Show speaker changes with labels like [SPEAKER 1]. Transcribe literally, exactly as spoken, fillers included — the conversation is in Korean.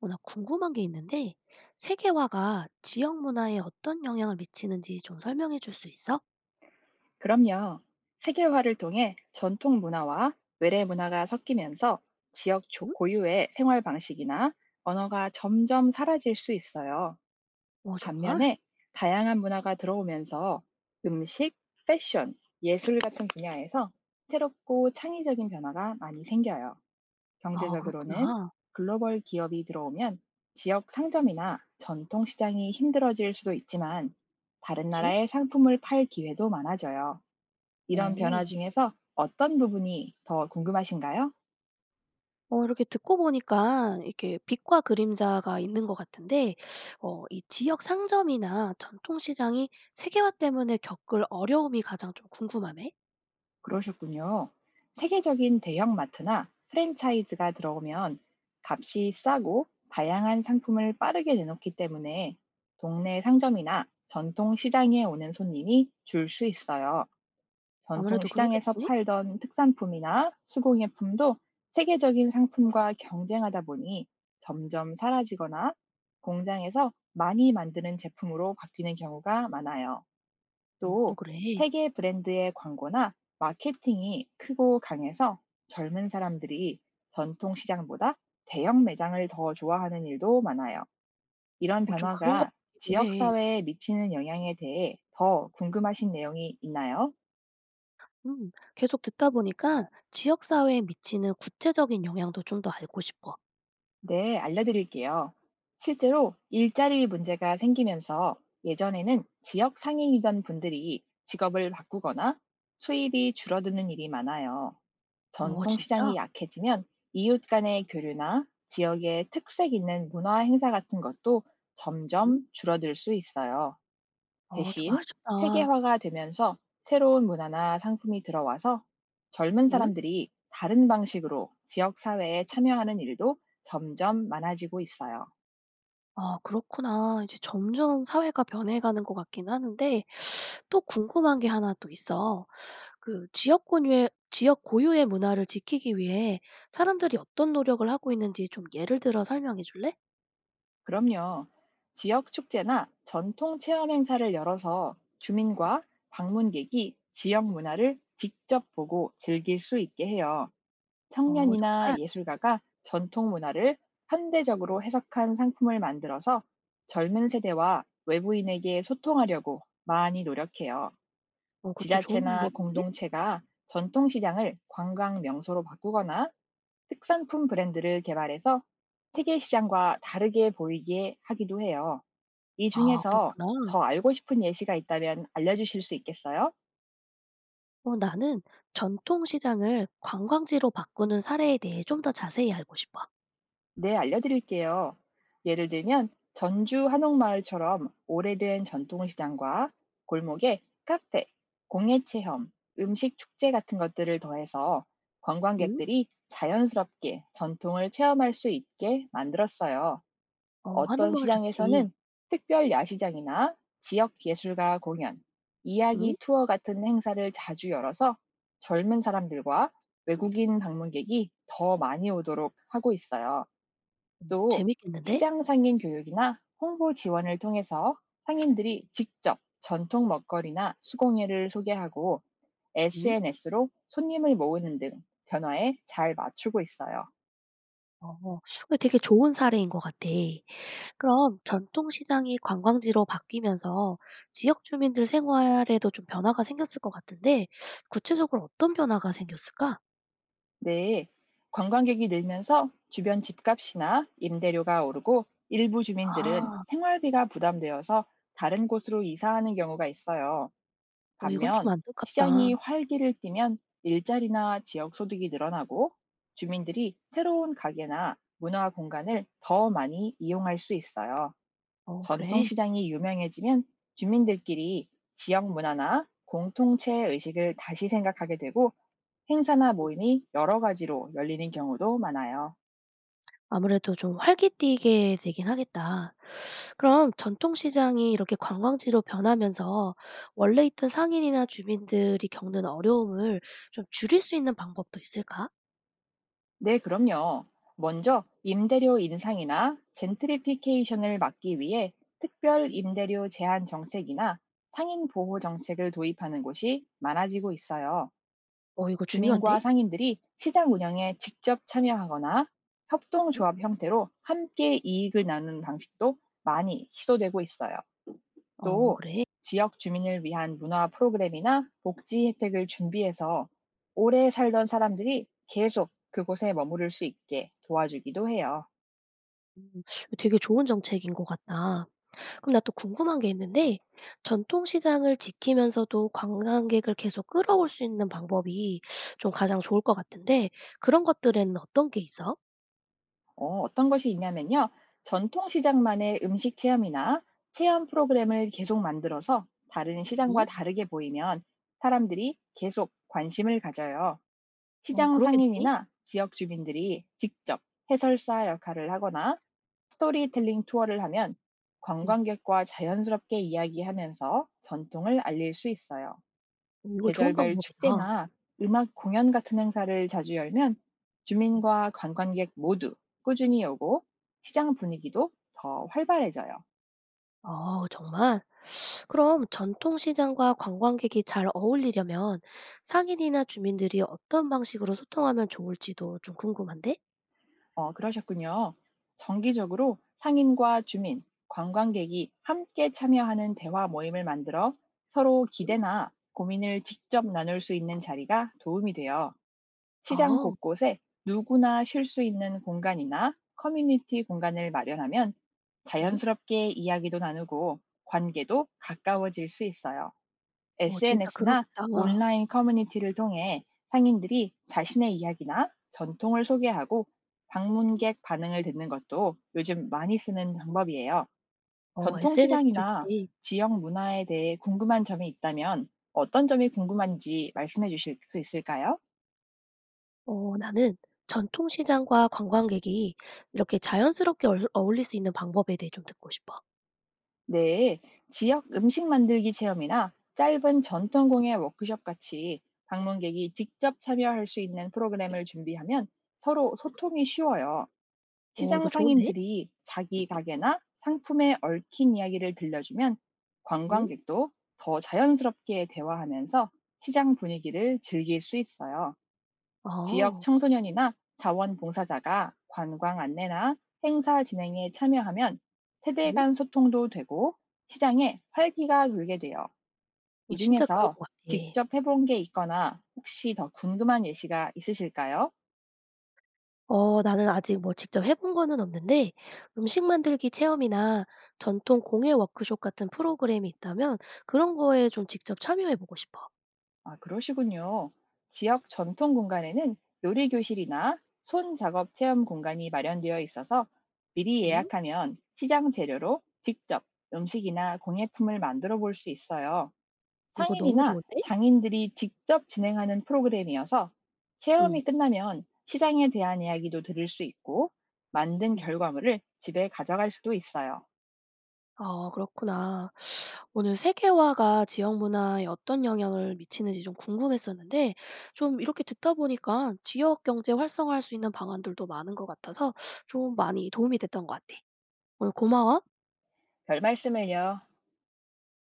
[SPEAKER 1] 어, 나 궁금한 게 있는데, 세계화가 지역 문화에 어떤 영향을 미치는지 좀 설명해 줄 수 있어?
[SPEAKER 2] 그럼요. 세계화를 통해 전통 문화와 외래 문화가 섞이면서 지역 조-
[SPEAKER 1] 응?
[SPEAKER 2] 고유의 생활 방식이나 언어가 점점 사라질 수 있어요.
[SPEAKER 1] 어, 정말?
[SPEAKER 2] 반면에 다양한 문화가 들어오면서 음식, 패션, 예술 같은 분야에서 새롭고 창의적인 변화가 많이 생겨요.
[SPEAKER 1] 아,
[SPEAKER 2] 경제적으로는
[SPEAKER 1] 그렇구나.
[SPEAKER 2] 글로벌 기업이 들어오면 지역 상점이나 전통 시장이 힘들어질 수도 있지만 다른
[SPEAKER 1] 그렇지?
[SPEAKER 2] 나라의 상품을 팔 기회도 많아져요. 이런 변화
[SPEAKER 1] 어.
[SPEAKER 2] 중에서 어떤 부분이 더 궁금하신가요?
[SPEAKER 1] 어, 이렇게 듣고 보니까 이렇게 빛과 그림자가 있는 것 같은데, 어, 이 지역 상점이나 전통시장이 세계화 때문에 겪을 어려움이 가장 좀 궁금하네?
[SPEAKER 2] 그러셨군요. 세계적인 대형마트나 프랜차이즈가 들어오면 값이 싸고 다양한 상품을 빠르게 내놓기 때문에 동네 상점이나 전통 시장에 오는 손님이 줄 수 있어요. 전통
[SPEAKER 1] 아무래도
[SPEAKER 2] 시장에서
[SPEAKER 1] 그러겠지?
[SPEAKER 2] 팔던 특산품이나 수공예품도 세계적인 상품과 경쟁하다 보니 점점 사라지거나 공장에서 많이 만드는 제품으로 바뀌는 경우가 많아요.
[SPEAKER 1] 어,
[SPEAKER 2] 또
[SPEAKER 1] 그래.
[SPEAKER 2] 세계 브랜드의 광고나 마케팅이 크고 강해서 젊은 사람들이 전통 시장보다 대형 매장을 더 좋아하는 일도 많아요. 이런
[SPEAKER 1] 어, 좀 그런 것
[SPEAKER 2] 변화가
[SPEAKER 1] 같기도
[SPEAKER 2] 지역
[SPEAKER 1] 해.
[SPEAKER 2] 사회에 미치는 영향에 대해 더 궁금하신 내용이 있나요?
[SPEAKER 1] 음, 계속 듣다 보니까 지역사회에 미치는 구체적인 영향도 좀 더 알고 싶어.
[SPEAKER 2] 네, 알려드릴게요. 실제로 일자리 문제가 생기면서 예전에는 지역 상인이던 분들이 직업을 바꾸거나 수입이 줄어드는 일이 많아요.
[SPEAKER 1] 어,
[SPEAKER 2] 전통
[SPEAKER 1] 진짜?
[SPEAKER 2] 시장이 약해지면 이웃 간의 교류나 지역의 특색 있는 문화 행사 같은 것도
[SPEAKER 1] 응?
[SPEAKER 2] 점점 줄어들 수 있어요.
[SPEAKER 1] 어, 좀
[SPEAKER 2] 대신
[SPEAKER 1] 아쉽다.
[SPEAKER 2] 세계화가 되면서 새로운 문화나 상품이 들어와서 젊은
[SPEAKER 1] 응?
[SPEAKER 2] 사람들이 다른 방식으로 지역 사회에 참여하는 일도 점점 많아지고 있어요.
[SPEAKER 1] 아, 그렇구나. 이제 점점 사회가 변해가는 것 같긴 하는데, 또 궁금한 게 하나 또 있어. 그 지역 권유의, 지역 고유의 문화를 지키기 위해 사람들이 어떤 노력을 하고 있는지 좀 예를 들어 설명해 줄래?
[SPEAKER 2] 그럼요. 지역 축제나 전통 체험 행사를 열어서 주민과 방문객이 지역 문화를 직접 보고 즐길 수 있게 해요.
[SPEAKER 1] 어,
[SPEAKER 2] 청년이나
[SPEAKER 1] 정말?
[SPEAKER 2] 예술가가 전통 문화를 현대적으로 해석한 상품을 만들어서 젊은 세대와 외부인에게 소통하려고 많이 노력해요.
[SPEAKER 1] 어, 그것도 좋은
[SPEAKER 2] 지자체나
[SPEAKER 1] 방법인데?
[SPEAKER 2] 공동체가 전통 시장을 관광 명소로 바꾸거나 특산품 브랜드를 개발해서 세계 시장과 다르게 보이게 하기도 해요. 이
[SPEAKER 1] 아,
[SPEAKER 2] 중에서 더
[SPEAKER 1] 그렇구나.
[SPEAKER 2] 알고 싶은 예시가 있다면 알려주실 수 있겠어요?
[SPEAKER 1] 어, 나는 전통시장을 관광지로 바꾸는 사례에 대해 좀 더 자세히 알고 싶어.
[SPEAKER 2] 네, 알려드릴게요. 예를 들면 전주 한옥마을처럼 오래된 전통시장과 골목에 카페, 공예체험, 음식 축제 같은 것들을 더해서
[SPEAKER 1] 응?
[SPEAKER 2] 관광객들이 자연스럽게 전통을 체험할 수 있게 만들었어요.
[SPEAKER 1] 어,
[SPEAKER 2] 어떤
[SPEAKER 1] 한옥마을 좋지.
[SPEAKER 2] 시장에서는 특별 야시장이나 지역 예술가 공연, 이야기
[SPEAKER 1] 응?
[SPEAKER 2] 투어 같은 행사를 자주 열어서 젊은 사람들과 외국인 방문객이 더 많이 오도록 하고 있어요.
[SPEAKER 1] 음,
[SPEAKER 2] 또
[SPEAKER 1] 재밌겠는데?
[SPEAKER 2] 시장 상인 교육이나 홍보 지원을 통해서 상인들이 직접 전통 먹거리나 수공예를 소개하고
[SPEAKER 1] 응?
[SPEAKER 2] 에스엔에스로 손님을 모으는 등 변화에 잘 맞추고 있어요.
[SPEAKER 1] 어, 어, 되게 좋은 사례인 것 같아. 그럼 전통시장이 관광지로 바뀌면서 지역 주민들 생활에도 좀 변화가 생겼을 것 같은데, 구체적으로 어떤 변화가 생겼을까?
[SPEAKER 2] 네, 관광객이 늘면서 주변 집값이나 임대료가 오르고 일부 주민들은
[SPEAKER 1] 아,
[SPEAKER 2] 생활비가 부담되어서 다른 곳으로 이사하는 경우가 있어요.
[SPEAKER 1] 어, 이건 좀
[SPEAKER 2] 반면
[SPEAKER 1] 안타깝다.
[SPEAKER 2] 시장이 활기를 띠면 일자리나 지역 소득이 늘어나고
[SPEAKER 1] 음,
[SPEAKER 2] 주민들이 새로운 가게나 문화 공간을 더 많이 이용할 수 있어요.
[SPEAKER 1] 어,
[SPEAKER 2] 전통
[SPEAKER 1] 그래.
[SPEAKER 2] 시장이 유명해지면 주민들끼리 지역 문화나 공통체 의식을 다시 생각하게 되고 행사나 모임이 여러 가지로 열리는 경우도 많아요.
[SPEAKER 1] 아무래도 좀 활기띠게 되긴 하겠다. 그럼 전통시장이 이렇게 관광지로 변하면서 원래 있던 상인이나 주민들이 겪는 어려움을 좀 줄일 수 있는 방법도 있을까?
[SPEAKER 2] 네, 그럼요. 먼저 임대료 인상이나 젠트리피케이션을 막기 위해 특별
[SPEAKER 1] 응?
[SPEAKER 2] 임대료 제한 정책이나 상인 보호 정책을 도입하는 곳이 많아지고 있어요.
[SPEAKER 1] 어, 이거
[SPEAKER 2] 주민과
[SPEAKER 1] 중요한데?
[SPEAKER 2] 상인들이 시장 운영에 직접 참여하거나
[SPEAKER 1] 응?
[SPEAKER 2] 협동조합 형태로 함께 이익을 나누는 방식도 많이 시도되고 있어요.
[SPEAKER 1] 어,
[SPEAKER 2] 또
[SPEAKER 1] 그래.
[SPEAKER 2] 지역 주민을 위한 문화 프로그램이나 복지 혜택을 준비해서 오래 살던 사람들이 계속 그곳에 머무를 수 있게 도와주기도 해요.
[SPEAKER 1] 음, 되게 좋은 정책인 것 같다. 그럼 나 또 궁금한 게 있는데, 전통시장을 지키면서도 관광객을 계속 끌어올 수 있는 방법이 좀 가장 좋을 것 같은데, 그런 것들에는 어떤 게 있어?
[SPEAKER 2] 어, 어떤 것이 있냐면요. 전통 시장만의 음식 체험이나 체험 프로그램을 계속 만들어서 다른 시장과
[SPEAKER 1] 응?
[SPEAKER 2] 다르게 보이면 사람들이 계속 관심을 가져요.
[SPEAKER 1] 어,
[SPEAKER 2] 시장
[SPEAKER 1] 그러겠네.
[SPEAKER 2] 상인이나 지역 주민들이 직접 해설사 역할을 하거나 스토리텔링 투어를 하면
[SPEAKER 1] 응.
[SPEAKER 2] 관광객과 자연스럽게 이야기하면서 전통을 알릴 수 있어요.
[SPEAKER 1] 음, 이거 좋은
[SPEAKER 2] 계절별
[SPEAKER 1] 방법이다.
[SPEAKER 2] 축제나 음악 공연 같은 행사를 자주 열면
[SPEAKER 1] 음.
[SPEAKER 2] 주민과 관광객 모두 꾸준히 오고 시장 분위기도 더 활발해져요.
[SPEAKER 1] 어, 정말? 그럼 전통 시장과 관광객이 잘 어울리려면 상인이나 주민들이 어떤 방식으로 소통하면 좋을지도 좀 궁금한데?
[SPEAKER 2] 어, 그러셨군요. 정기적으로 상인과 주민, 관광객이 함께 참여하는 대화 모임을 만들어 서로 기대나 고민을 직접 나눌 수 있는 자리가 도움이 되어
[SPEAKER 1] 아,
[SPEAKER 2] 시장
[SPEAKER 1] 어.
[SPEAKER 2] 곳곳에 누구나 쉴 수 있는 공간이나 커뮤니티 공간을 마련하면
[SPEAKER 1] 음?
[SPEAKER 2] 자연스럽게 이야기도 나누고 관계도 가까워질 수 있어요.
[SPEAKER 1] 어, 진짜
[SPEAKER 2] 에스엔에스나
[SPEAKER 1] 그러겠다.
[SPEAKER 2] 온라인 커뮤니티를 통해 상인들이 자신의 이야기나 전통을 소개하고 방문객 반응을 듣는 것도 요즘 많이 쓰는 방법이에요.
[SPEAKER 1] 어,
[SPEAKER 2] 전통
[SPEAKER 1] 에스엔에스
[SPEAKER 2] 시장이나
[SPEAKER 1] 좋지.
[SPEAKER 2] 지역 문화에 대해 궁금한 점이 있다면 어떤 점이 궁금한지 말씀해 주실 수 있을까요?
[SPEAKER 1] 어, 나는 전통 시장과 관광객이 이렇게 자연스럽게 얼 어울릴 수 있는 방법에 대해 좀 듣고 싶어.
[SPEAKER 2] 네, 지역 음식 만들기 체험이나 짧은 전통 공예 워크숍 같이 방문객이 직접 참여할 수 있는 프로그램을 준비하면 서로 소통이 쉬워요.
[SPEAKER 1] 어,
[SPEAKER 2] 시장
[SPEAKER 1] 이거 좋은데?
[SPEAKER 2] 상인들이 자기 가게나 상품에 얽힌 이야기를 들려주면
[SPEAKER 1] 응?
[SPEAKER 2] 관광객도 더 자연스럽게 대화하면서 시장 분위기를 즐길 수 있어요. 지역
[SPEAKER 1] 어.
[SPEAKER 2] 청소년이나 자원봉사자가 관광 안내나 행사 진행에 참여하면 세대
[SPEAKER 1] 응.
[SPEAKER 2] 간 소통도 되고 시장에 활기가 돌게 돼요.
[SPEAKER 1] 어,
[SPEAKER 2] 이
[SPEAKER 1] 진짜 그럴
[SPEAKER 2] 중에서
[SPEAKER 1] 것 같아.
[SPEAKER 2] 직접 해본 게 있거나 혹시 더 궁금한 예시가 있으실까요?
[SPEAKER 1] 어, 나는 아직 뭐 직접 해본 거는 없는데 음식 만들기 체험이나 전통 공예 워크숍 같은 프로그램이 있다면 그런 거에 좀 직접 참여해 보고 싶어.
[SPEAKER 2] 아, 그러시군요. 지역 전통 공간에는 요리 교실이나 손 작업 체험 공간이 마련되어 있어서 미리
[SPEAKER 1] 음.
[SPEAKER 2] 예약하면 시장 재료로 직접 음식이나 공예품을 만들어 볼 수 있어요.
[SPEAKER 1] 이거 너무
[SPEAKER 2] 상인이나
[SPEAKER 1] 좋은데?
[SPEAKER 2] 장인들이 직접 진행하는 프로그램이어서
[SPEAKER 1] 응.
[SPEAKER 2] 체험이 끝나면 시장에 대한 이야기도 들을 수 있고 만든
[SPEAKER 1] 음.
[SPEAKER 2] 결과물을 집에 가져갈 수도 있어요.
[SPEAKER 1] 아, 그렇구나. 오늘 세계화가 지역 문화에 어떤 영향을 미치는지 좀 궁금했었는데 좀 이렇게 듣다 보니까 지역 경제 활성화할 수 있는 방안들도 많은 것 같아서 좀 많이 도움이 됐던 것 같아. 오늘 고마워.
[SPEAKER 2] 별 말씀을요.